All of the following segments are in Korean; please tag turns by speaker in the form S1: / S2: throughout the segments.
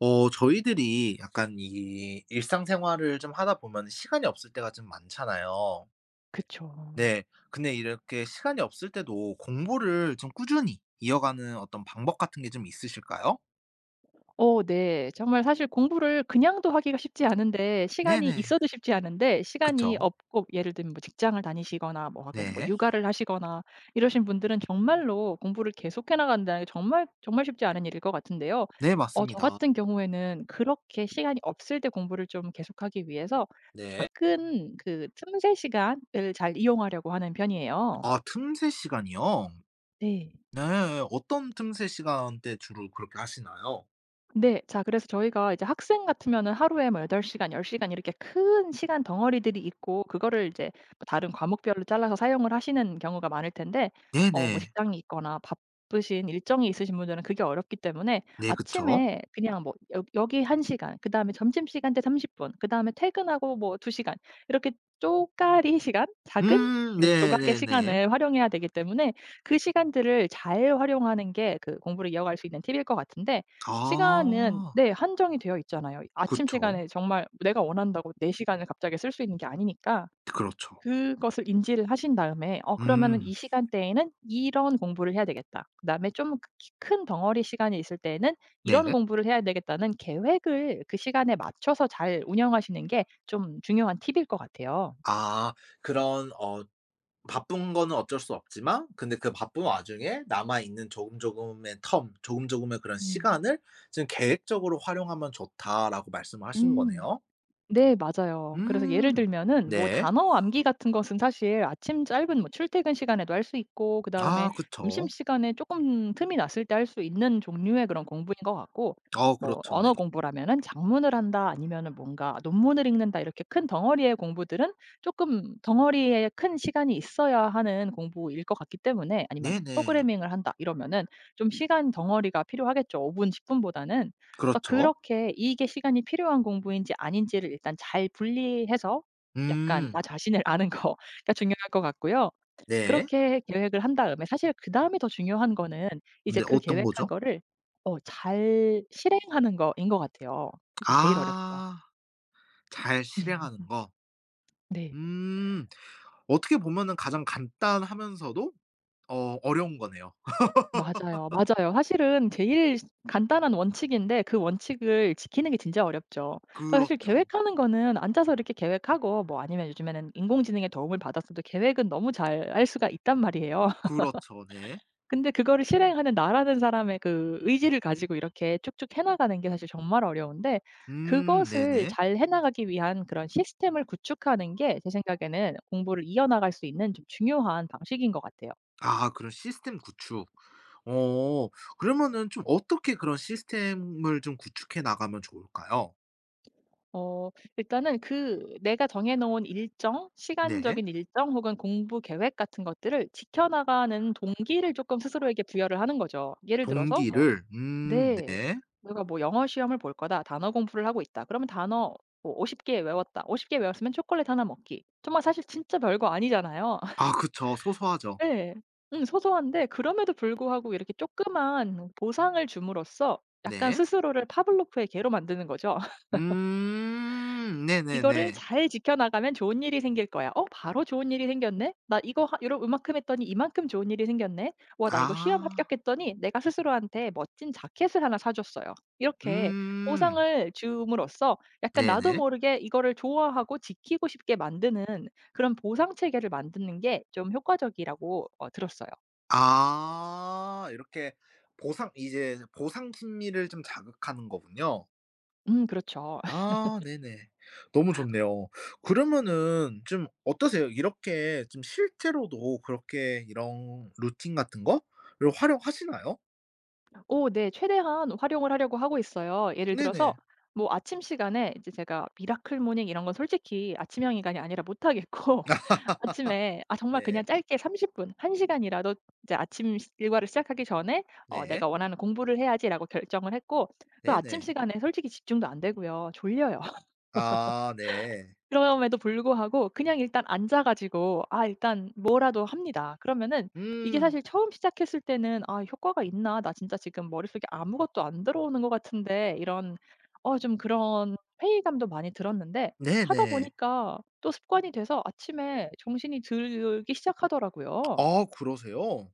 S1: 어 저희들이 약간 이 일상생활을 좀 하다 보면 시간이 없을 때가 좀 많잖아요.
S2: 그쵸.
S1: 네. 근데 이렇게 시간이 없을 때도 공부를 좀 꾸준히 이어가는 어떤 방법 같은 게 좀 있으실까요?
S2: 네. 정말 사실 공부를 그냥도 하기가 쉽지 않은데 시간이
S1: 네네.
S2: 있어도 쉽지 않은데, 시간이
S1: 그쵸.
S2: 없고 예를 들면 뭐 직장을 다니시거나 뭐 혹은 뭐
S1: 네.
S2: 육아를 하시거나 이러신 분들은 정말로 공부를 계속해 나간다는 게 정말 정말 쉽지 않은 일일 것 같은데요.
S1: 네
S2: 저
S1: 맞습니다.
S2: 같은 경우에는 그렇게 시간이 없을 때 공부를 좀 계속하기 위해서
S1: 네.
S2: 작은 그 틈새 시간을 잘 이용하려고 하는 편이에요.
S1: 아 틈새 시간이요?
S2: 네.
S1: 네. 어떤 틈새 시간 때 주로 그렇게 하시나요?
S2: 네. 자, 그래서 저희가 이제 학생 같으면은 하루에 뭐 8시간 시간, 10시간 시간 이렇게 큰 시간 덩어리들이 있고, 그거를 이제 뭐 다른 과목별로 잘라서 사용을 하시는 경우가 많을 텐데, 뭐
S1: 네네.
S2: 직장이 있거나 바쁘신 일정이 있으신 분들은 그게 어렵기 때문에
S1: 네 그쵸.
S2: 아침에 그냥 뭐 여 여기 1시간 시간, 그다음에 점심시간 때 30분 분, 그다음에 퇴근하고 뭐 2시간 시간, 이렇게 쪼까리 시간, 작은 그 조각의
S1: 네네네.
S2: 시간을 활용해야 되기 때문에, 그 시간들을 잘 활용하는 게 그 공부를 이어갈 수 있는 팁일 것 같은데, 시간은
S1: 아.
S2: 네 한정이 되어 있잖아요. 아침
S1: 그쵸.
S2: 시간에 정말 내가 원한다고 내 시간을 갑자기 쓸 수 있는 게 아니니까
S1: 그렇죠.
S2: 그것을 인지를 하신 다음에 '어, 그러면은
S1: 음.
S2: 이 시간대에는 이런 공부를 해야 되겠다.' 그다음에 좀 큰 덩어리 시간이 있을 때에는
S1: 네.
S2: '이런
S1: 네?
S2: 공부를 해야 되겠다.'는 계획을 그 시간에 맞춰서 잘 운영하시는 게 좀 중요한 팁일 것 같아요.
S1: 아 그런 어 바쁜 거는 어쩔 수 없지만 근데 그 바쁜 와중에 남아 있는 조금 조금의 텀, 조금 조금의 그런
S2: 음.
S1: 시간을 지금 계획적으로 활용하면 좋다라고 말씀을 하신
S2: 음.
S1: 거네요.
S2: 네 맞아요. 그래서 예를
S1: 음.
S2: 들면은 뭐
S1: 네.
S2: 단어 암기 같은 것은 사실 아침 짧은 뭐 출퇴근 시간에도 할 수 있고, 그다음에
S1: 아 그쵸.
S2: 점심시간에 조금 틈이 났을 때 할 수 있는 종류의 그런 공부인 것 같고,
S1: 어
S2: 뭐
S1: 그렇죠. 네.
S2: 언어 공부라면은 작문을 한다, 아니면은 뭔가 논문을 읽는다, 이렇게 큰 덩어리의 공부들은 조금 덩어리에 큰 시간이 있어야 하는 공부일 것 같기 때문에, 아니면 뭐
S1: 네네.
S2: 프로그래밍을 한다 이러면은 좀 시간 덩어리가 필요하겠죠, 5분 분, 10분 분보다는. 그래서
S1: 그렇죠.
S2: 그렇게 이게 시간이 필요한 공부인지 아닌지를 일단 잘 분리해서 약간
S1: 음.
S2: 나 자신을 아는 거가 중요할 것 같고요.
S1: 네.
S2: 그렇게 계획을 한 다음에 사실 그다음에 더 중요한 거는 이제
S1: 근데
S2: 그
S1: 어떤
S2: 계획한
S1: 거죠?
S2: 거를 잘 실행하는 거인 것 같아요. 사실 제일 어렵죠.
S1: 아 잘 실행하는 거.
S2: 네.
S1: 음. 어떻게 보면은 가장 간단하면서도 어 어려운 거네요.
S2: 맞아요, 맞아요. 사실은 제일 간단한 원칙인데 그 원칙을 지키는 게 진짜 어렵죠. 그래서 사실
S1: 그렇죠.
S2: 계획하는 거는 앉아서 이렇게 계획하고, 뭐 아니면 요즘에는 인공지능의 도움을 받았어도 계획은 너무 잘 할 수가 있단 말이에요.
S1: 그렇죠. 네.
S2: 근데 그거를 실행하는 나라는 사람의 그 의지를 가지고 이렇게 쭉쭉 해 나가는 게 사실 정말 어려운데, 그것을
S1: 네네.
S2: 잘 해 나가기 위한 그런 시스템을 구축하는 게 제 생각에는 공부를 이어나갈 수 있는 좀 중요한 방식인 것 같아요.
S1: 아 그런 시스템 구축. 어 그러면은 좀 어떻게 그런 시스템을 좀 구축해 나가면 좋을까요?
S2: 어 일단은 그 내가 정해 놓은 일정,
S1: 네.
S2: 시간적인 일정 혹은 공부 계획 같은 것들을 지켜 나가는 동기를 조금 스스로에게 부여를 하는 거죠. 예를 들어서 뭐,
S1: 동기를
S2: 네.
S1: 네.
S2: 내가 뭐 '영어 시험을 볼 거다. 단어 공부를 하고 있다.' 그러면 단어 뭐 50개 외웠다, 50개 외웠으면 초콜릿 하나 먹기. 정말 사실 진짜 별거 아니잖아요.
S1: 아 그쵸. 소소하죠.
S2: 네, 소소한데 그럼에도 불구하고 이렇게 조그만 보상을 줌으로써 약간
S1: 네.
S2: 스스로를 파블로프의 개로 만드는 거죠. 이거를
S1: 네네네.
S2: 잘 지켜나가면 좋은 일이 생길 거야. '어, 바로 좋은 일이 생겼네. 나 이거 하 요러 요만큼 했더니 이만큼 좋은 일이 생겼네. 와, 나 이거 시험
S1: 아.
S2: 합격했더니 내가 스스로한테 멋진 자켓을 하나 사 줬어요.' 이렇게
S1: 음
S2: 보상을 줌으로써 약간 나도
S1: 네네.
S2: 모르게 이거를 좋아하고 지키고 싶게 만드는 그런 보상 체계를 만드는 게 좀 효과적이라고 들었어요.
S1: 아 이렇게 보상 이제 보상 심리를 좀 자극하는 거군요.
S2: 그렇죠.
S1: 아 네네. 너무 좋네요. 그러면은 좀 어떠세요? 이렇게 좀 실제로도 그렇게 이런 루틴 같은 거를 활용하시나요?
S2: 오, 네. 최대한 활용을 하려고 하고 있어요. 예를 들어서
S1: 네네.
S2: 뭐 아침 시간에 이제 제가 미라클 모닝 이런 건 솔직히 아침형 인간이 아니라 못 하겠고 아침에 정말 그냥
S1: 네.
S2: 짧게 30분 분, 1시간 시간이라도 이제 아침 시 일과를 시작하기 전에
S1: 네.
S2: '내가 원하는 공부를 해야지.'라고 결정을 했고, 그 아침
S1: 네네.
S2: 시간에 솔직히 집중도 안 되고요. 졸려요.
S1: 아 네.
S2: 그럼에도 불구하고 그냥 일단 앉아 가지고 아 일단 뭐라도 합니다. 그러면은 이게
S1: 음.
S2: 사실 처음 시작했을 때는 '아, 효과가 있나? 나 진짜 지금 머릿속에 아무것도 안 들어오는 것 같은데.' 이런 좀 그런 회의감도 많이 들었는데, 하다
S1: 네네.
S2: 보니까 또 습관이 돼서 아침에 정신이 들기 시작하더라고요.
S1: 아 그러세요?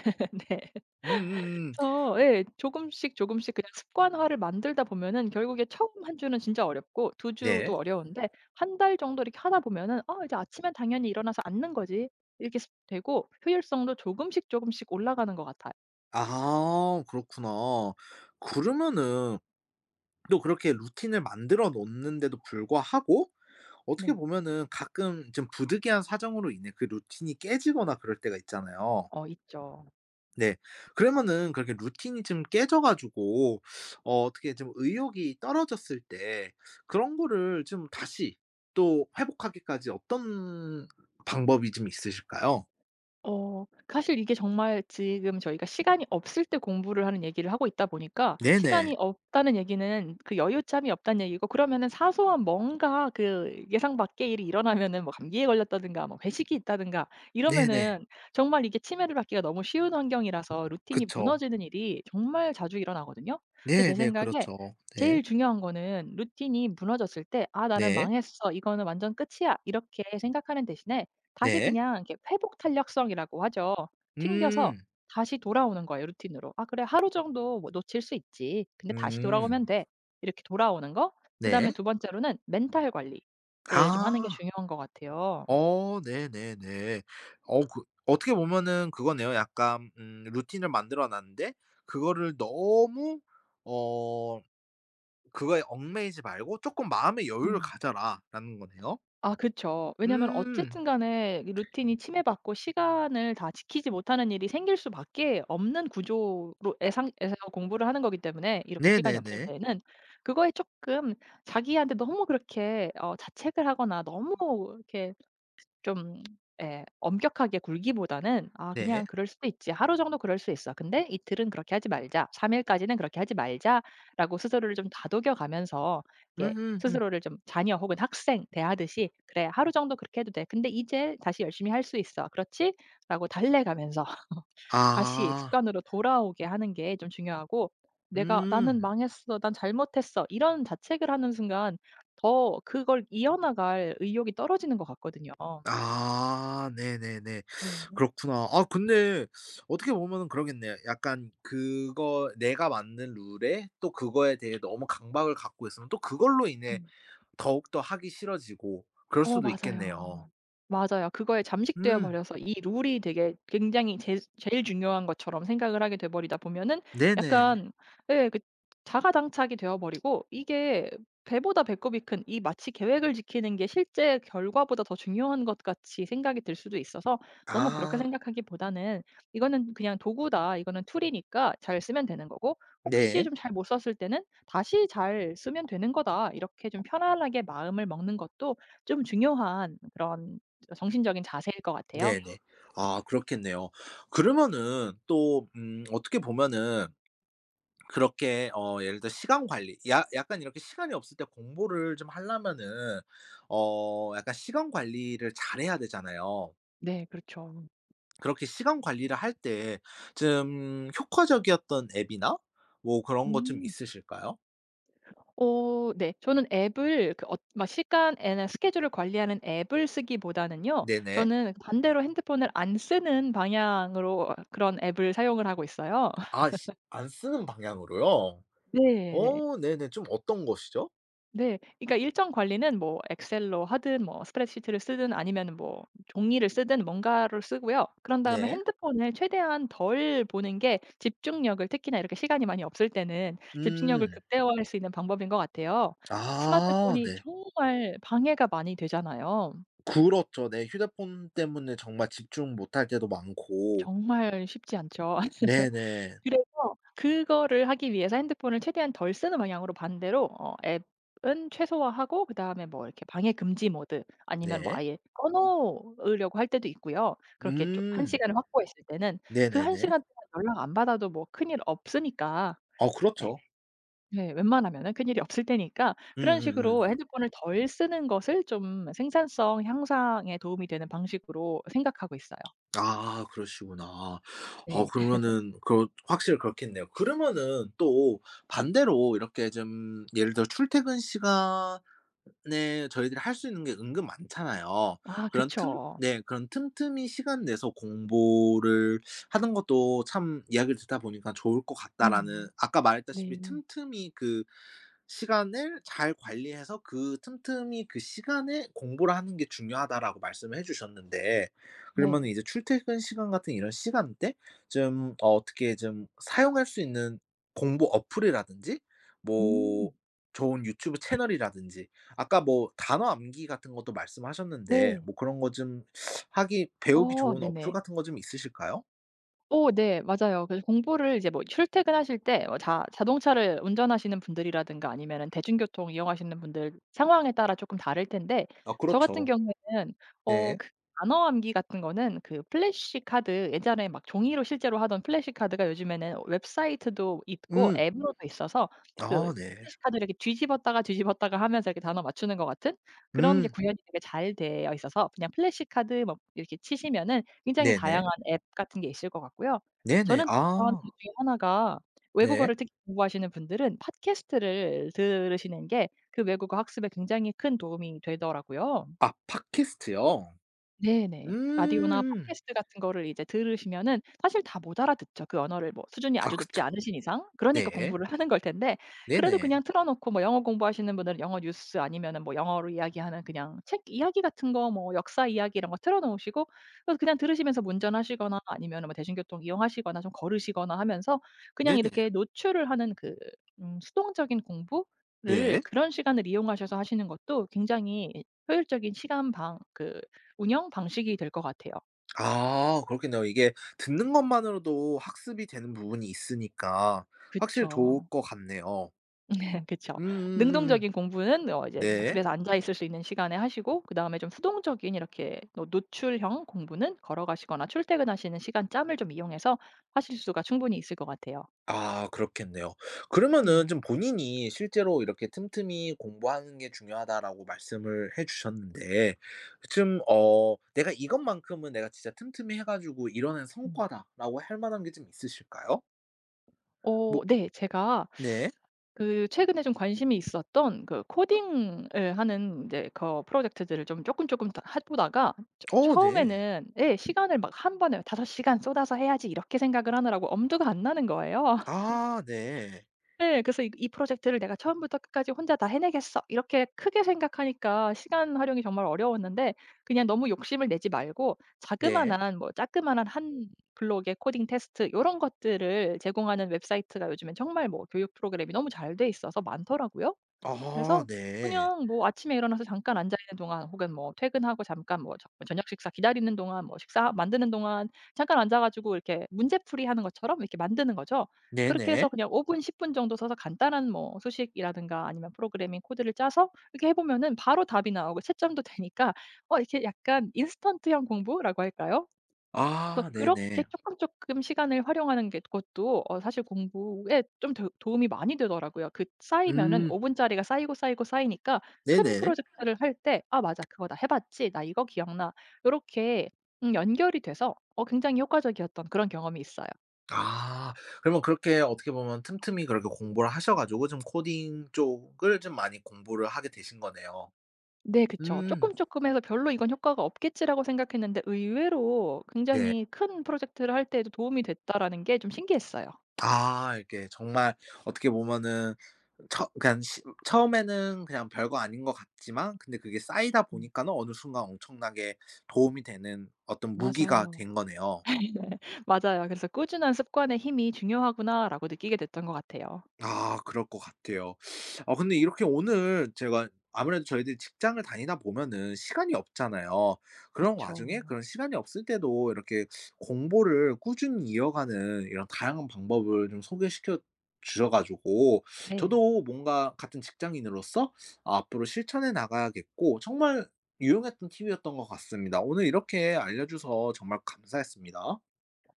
S2: 네.
S1: 음음음.
S2: 그쵸. 예. 조금씩 조금씩 그냥 습관화를 만들다 보면은 결국에 처음 한 주는 진짜 어렵고 두 주도
S1: 네.
S2: 어려운데, 한 달 정도 이렇게 하다 보면은 '아, 이제 아침엔 당연히 일어나서 앉는 거지.' 이렇게 습 되고, 효율성도 조금씩 조금씩 올라가는 것 같아요.
S1: 아 그렇구나. 그러면은 또 그렇게 루틴을 만들어 놓는데도 불구하고 어떻게
S2: 네.
S1: 보면은 가끔 좀 부득이한 사정으로 인해 그 루틴이 깨지거나 그럴 때가 있잖아요.
S2: 있죠.
S1: 네. 그러면은 그렇게 루틴이 좀 깨져 가지고 어 어떻게 좀 의욕이 떨어졌을 때 그런 거를 좀 다시 또 회복하기까지 어떤 방법이 좀 있으실까요?
S2: 사실 이게 정말 지금 저희가 시간이 없을 때 공부를 하는 얘기를 하고 있다 보니까,
S1: 네네.
S2: 시간이 없다는 얘기는 그 여유짬이 없다는 얘기고, 그러면은 사소한 뭔가 그 예상 밖의 일이 일어나면은, 뭐 감기에 걸렸다든가, 뭐 회식이 있다든가
S1: 네네.
S2: 이러면은 정말 이게 치매를 받기가 너무 쉬운 환경이라서 루틴이
S1: 그쵸.
S2: 무너지는 일이 정말 자주 일어나거든요. 근데 제
S1: 네네.
S2: 생각에
S1: 그렇죠. 네.
S2: 제일 중요한 거는, 루틴이 무너졌을 때 '아, 나는
S1: 네.
S2: 망했어. 이거는 완전 끝이야.' 이렇게 생각하는 대신에 다시
S1: 네.
S2: 그냥 이렇게 회복 탄력성이라고 하죠. 튕겨서
S1: 음.
S2: 다시 돌아오는 거예요, 루틴으로. '아, 그래. 하루 정도 뭐 놓칠 수 있지. 근데 다시
S1: 음.
S2: 돌아오면 돼.' 이렇게 돌아오는 거. 그다음에
S1: 네.
S2: 두 번째로는 멘탈 관리를 좀 하는 게
S1: 아.
S2: 중요한 것 같아요.
S1: 어 네네네. 어 그 어떻게 보면은 그거네요. 약간 루틴을 만들어 놨는데 그거를 너무 어 그거에 얽매이지 말고 조금 마음의 여유를
S2: 음.
S1: 가져라.'라는 거네요.
S2: 아 그쵸. 왜냐면
S1: 음.
S2: 어쨌든 간에 이 루틴이 침해받고 시간을 다 지키지 못하는 일이 생길 수밖에 없는 구조로 예상 에서 공부를 하는 거기 때문에 이렇게 시간이 없을
S1: 네네네.
S2: 때에는 그거에 조금, 자기한테 너무 그렇게 자책을 하거나 너무 이렇게 좀 예 엄격하게 굴기보다는 '아,
S1: 네.
S2: 그냥 그럴 수도 있지. 하루 정도 그럴 수 있어. 근데 이틀은 그렇게 하지 말자. 3일 일까지는 그렇게 하지 말자.'라고 스스로를 좀 다독여 가면서, 이렇게
S1: 음음음.
S2: 스스로를 좀 자녀 혹은 학생 대하듯이 '그래, 하루 정도 그렇게 해도 돼. 근데 이제 다시 열심히 할 수 있어, 그렇지?'라고 달래가면서 다시
S1: 아.
S2: 습관으로 돌아오게 하는 게 좀 중요하고, 내가 '나는
S1: 음.
S2: 망했어. 난 잘못했어.' 이런 자책을 하는 순간 더 그걸 이어나갈 의욕이 떨어지는 것 같거든요.
S1: 아 네네네.
S2: 네.
S1: 그렇구나. 아 근데 어떻게 보면은 그러겠네요. 약간 그거 내가 만든 룰에 또 그거에 대해 너무 강박을 갖고 있으면 또 그걸로 인해
S2: 음.
S1: 더욱더 하기 싫어지고 그럴 수도 있겠네요.
S2: 맞아요. 맞아요. 그거에 잠식되어
S1: 음
S2: 버려서 이 룰이 되게 굉장히 제 제일 중요한 것처럼 생각을 하게 돼 버리다 보면은
S1: 네네.
S2: 약간, 예, 그 자가당착이 되어 버리고, 이게 배보다 배꼽이 큰, 이 마치 계획을 지키는 게 실제 결과보다 더 중요한 것 같이 생각이 들 수도 있어서 너무 그렇게
S1: 아
S2: 생각하기보다는 '이거는 그냥 도구다. 이거는 툴이니까 잘 쓰면 되는 거고, 혹시
S1: 네.
S2: 좀 잘 못 썼을 때는 다시 잘 쓰면 되는 거다.' 이렇게 좀 편안하게 마음을 먹는 것도 좀 중요한 그런 정신적인 자세일 것 같아요.
S1: 네네. 아 그렇겠네요. 그러면은 또 어떻게 보면은 그렇게 어 예를 들어 시간 관리 야 약간 이렇게 시간이 없을 때 공부를 좀 하려면은 어 약간 시간 관리를 잘해야 되잖아요.
S2: 네, 그렇죠.
S1: 그렇게 시간 관리를 할 때 좀 효과적이었던 앱이나 뭐 그런 것 좀
S2: 음.
S1: 있으실까요?
S2: 네. 저는 앱을, 그 막 시간에는 스케줄을 관리하는 앱을 쓰기보다는요,
S1: 네네.
S2: 저는 반대로 핸드폰을 안 쓰는 방향으로 그런 앱을 사용을 하고 있어요.
S1: 아 시 안 쓰는 방향으로요?
S2: 네.
S1: 어 네네. 좀 어떤 것이죠?
S2: 네. 그러니까 일정 관리는 뭐 엑셀로 하든, 뭐 스프레드시트를 쓰든, 아니면은 뭐 종이를 쓰든 뭔가를 쓰고요. 그런 다음에
S1: 네.
S2: 핸드폰을 최대한 덜 보는 게 집중력을, 특히나 이렇게 시간이 많이 없을 때는 집중력을
S1: 음.
S2: 극대화할 수 있는 방법인 것 같아요.
S1: 아
S2: 스마트폰이
S1: 네.
S2: 정말 방해가 많이 되잖아요.
S1: 그렇죠. 네. 휴대폰 때문에 정말 집중 못할 때도 많고.
S2: 정말 쉽지 않죠.
S1: 네네.
S2: 그래서 그거를 하기 위해서 핸드폰을 최대한 덜 쓰는 방향으로, 반대로 앱은 최소화하고, 그다음에 뭐 이렇게 방해 금지 모드, 아니면 뭐
S1: 네.
S2: 아예 꺼 놓으려고 할 때도 있고요. 그렇게 좀 한
S1: 음.
S2: 시간을 확보했을 때는 그 한
S1: 네네네.
S2: 시간 동안 연락 안 받아도 뭐 큰일 없으니까.
S1: 어
S2: 네.
S1: 그렇죠.
S2: 네. 웬만하면은 큰일이 없을 테니까, 그런
S1: 음음음.
S2: 식으로 핸드폰을 덜 쓰는 것을 좀 생산성 향상에 도움이 되는 방식으로 생각하고 있어요.
S1: 아 그러시구나. 어
S2: 네.
S1: 그러면은 그 확실히 그렇겠네요. 그러면은 또 반대로 이렇게 좀 예를 들어 출퇴근 시간에 저희들이 할 수 있는 게 은근 많잖아요.
S2: 아
S1: 그런 틈
S2: 그쵸.
S1: 네 그런 틈틈이 시간 내서 공부를 하는 것도 참 이야기를 듣다 보니까 좋을 것 같다라는
S2: 음.
S1: 아까 말했다시피
S2: 네.
S1: 틈틈이 그 시간을 잘 관리해서 그 틈틈이 그 시간에 공부를 하는 게 중요하다라고 말씀을 해 주셨는데
S2: 네.
S1: 그러면은 이제 출퇴근 시간 같은 이런 시간대 좀 어 어떻게 좀 사용할 수 있는 공부 어플이라든지 뭐
S2: 음.
S1: 좋은 유튜브 채널이라든지 아까 뭐 단어 암기 같은 것도 말씀하셨는데
S2: 네.
S1: 뭐 그런 거 좀 하기 배우기 좋은 어플
S2: 네네.
S1: 같은 거 좀 있으실까요?
S2: 네. 맞아요. 그래서 공부를 이제, 뭐 출퇴근하실 때 뭐 자 자동차를 운전하시는 분들이라든가 아니면은 대중교통 이용하시는 분들, 상황에 따라 쪼끔 다를 텐데
S1: 아
S2: 저 같은
S1: 그렇죠.
S2: 경우에는
S1: 네.
S2: 그 단어 암기 같은 거는, 그 플래시카드, 예전에 막 종이로 실제로 하던 플래시카드가 요즘에는 웹사이트도 있고
S1: 음.
S2: 앱으로도 있어서, 그
S1: 아 네.
S2: 플래시카드를 이렇게 뒤집었다가 뒤집었다가 하면서 이렇게 단어 맞추는 것 같은 그런 게
S1: 음.
S2: 구현이 되게 잘 되어 있어서 그냥 플래시카드 뭐 이렇게 치시면은 굉장히
S1: 네네.
S2: 다양한 앱 같은 게 있을 것 같고요.
S1: 네네.
S2: 저는 또 좋아하는
S1: 아
S2: 이유 중에 하나가,
S1: 네.
S2: 외국어를 특히 공부하시는 분들은 팟캐스트를 들으시는 게 그 외국어 학습에 굉장히 큰 도움이 되더라고요.
S1: 아 팟캐스트요?
S2: 네네. 라디오나
S1: 음.
S2: 팟캐스트 같은 거를 이제 들으시면은 사실 다 못 알아듣죠, 그 언어를 뭐 수준이
S1: 아
S2: 아주 높지
S1: 그쵸.
S2: 않으신 이상. 그러니까
S1: 네.
S2: 공부를 하는 걸 텐데, 그래도
S1: 네네.
S2: 그냥 틀어 놓고 뭐 영어 공부하시는 분들은 영어 뉴스, 아니면은 뭐 영어로 이야기하는 그냥 책 이야기 같은 거, 뭐 역사 이야기 이런 거 틀어 놓으시고, 그래서 그냥 들으시면서 운전하시거나, 아니면은 뭐 대중교통 이용하시거나, 좀 걸으시거나 하면서 그냥
S1: 네네.
S2: 이렇게 노출을 하는 그 수동적인 공부를
S1: 네.
S2: 그런 시간을 이용하셔서 하시는 것도 굉장히 효율적인 시간 방그 운영 방식이 될 것 같아요.
S1: 아 그렇겠네요. 이게 듣는 것만으로도 학습이 되는 부분이 있으니까 확실히 좋을
S2: 그쵸.
S1: 것 같네요.
S2: 그쵸.
S1: 음.
S2: 능동적인 공부는 이제
S1: 네.
S2: 집에서 앉아 있을 수 있는 시간에 하시고, 그다음에 좀 수동적인 이렇게 노 노출형 공부는 걸어가시거나 출퇴근하시는 시간 짬을 좀 이용해서 하실 수가 충분히 있을 것 같아요.
S1: 아 그렇겠네요. 그러면은
S2: 네.
S1: 좀 본인이 실제로 이렇게 틈틈이 "공부하는 게 중요하다."라고 말씀을 해 주셨는데 좀 어 내가 이것만큼은 내가 진짜 틈틈이 해 가지고 이뤄낸
S2: 음.
S1: 성과다라고 할 만한 게 좀 있으실까요? 뭐
S2: 네. 제가
S1: 네.
S2: 그 최근에 좀 관심이 있었던 그 코딩을 하는 이제 그 프로젝트들을 좀 조금 조금 다 해 보다가 처
S1: 어 네.
S2: 처음에는 예 시간을 막 한 번에 5시간 쏟아서 해야지 이렇게 생각을 하느라고 엄두가 안 나는 거예요.
S1: 아 네.
S2: 예. 그래서 '이 프로젝트를 내가 처음부터 끝까지 혼자 다 해내겠어.' 이렇게 크게 생각하니까 시간 활용이 정말 어려웠는데, 그냥 너무 욕심을 내지 말고,
S1: 네.
S2: 자그마한, 한 블록의 코딩 테스트 이런 것들을 제공하는 웹사이트가 요즘엔 정말, 뭐 교육 프로그램이 너무 잘 돼 있어서 많더라고요.
S1: 아
S2: 그래서
S1: 네.
S2: 그냥 뭐 아침에 일어나서 잠깐 앉아 있는 동안, 혹은 뭐 퇴근하고 잠깐 뭐저 뭐 저녁 식사 기다리는 동안, 뭐 식사 만드는 동안 잠깐 앉아 가지고 이렇게 문제풀이 하는 것처럼 이렇게 만드는 거죠. 그렇게 해서
S1: 네네.
S2: 그냥 5분, 10분 정도 써서 간단한 뭐 수식이라든가 아니면 프로그래밍 코드를 짜서 이렇게 해 보면은 바로 답이 나오고 채점도 되니까, 이렇게 약간 인스턴트형 공부라고 할까요? 그래서
S1: 아
S2: 그렇게
S1: 네네.
S2: 쪼끔쪼끔 시간을 활용하는 게 그것도 사실 공부에 좀 도 도움이 많이 되더라고요. 그 쌓이면은
S1: 음
S2: 5분짜리 분짜리가 쌓이고 쌓이고 쌓이니까 큰
S1: 네네.
S2: 프로젝트를 할 때 '아 맞아. 그거 나 해 봤지. 나 이거 기억나.' 요렇게 연결이 돼서 굉장히 효과적이었던 그런 경험이 있어요.
S1: 아 그러면 그렇게 어떻게 보면 틈틈이 그렇게 공부를 하셔 가지고 좀 코딩 쪽을 좀 많이 공부를 하게 되신 거네요.
S2: 네
S1: 네
S2: 그쵸. 쪼끔쪼끔 해서 '별로 이건 효과가 없겠지.'라고 생각했는데 의외로
S1: 네.
S2: 굉장히 큰 프로젝트를 할 때에도 도움이 됐다라는 게 좀 신기했어요.
S1: 아 이렇게 정말 어떻게 보면은 처 그냥 시 처음에는 그냥 별거 아닌 것 같지만 근데 그게 쌓이다
S2: 음
S1: 보니까는 어느 순간 엄청나게 도움이 되는 어떤 무기가
S2: 맞아요.
S1: 된 거네요.
S2: 맞아요. 그래서 '꾸준한 습관의 힘이 중요하구나.'라고 느끼게 됐던 것 같아요.
S1: 아 그럴 것 같아요. 아 근데 이렇게 오늘 제가 아무래도 저희들이 직장을 다니다 보면은 시간이 없잖아요. 그런
S2: 그쵸.
S1: 와중에 그런 시간이 없을 때도 이렇게 공부를 꾸준히 이어가는 이런 다양한 방법을 좀 소개시켜 주셔 가지고
S2: 네.
S1: 저도 뭔가 같은 직장인으로서 앞으로 실천해 나가야겠고 정말 유용했던 팁이었던 것 같습니다. 오늘 이렇게 알려 줘서 정말 감사했습니다.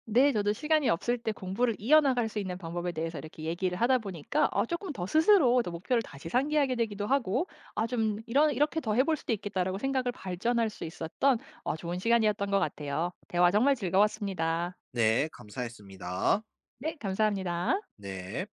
S2: 네, 저도 시간이 없을 때 공부를 이어나갈 수 있는 방법에 대해서 이렇게 얘기를 하다 보니까 아금더 스스로 더 목표를 다시 상기하게 되기도 하고, 아 좀 '이런 이렇게 더 해볼 수도 있겠다.'라고 생각을 발전할 수 있었던 좋은 시간이었던 것 같아요. 대화 정말 즐거웠습니다.
S1: 네 감사했습니다.
S2: 네, 감사합니다.
S1: 네.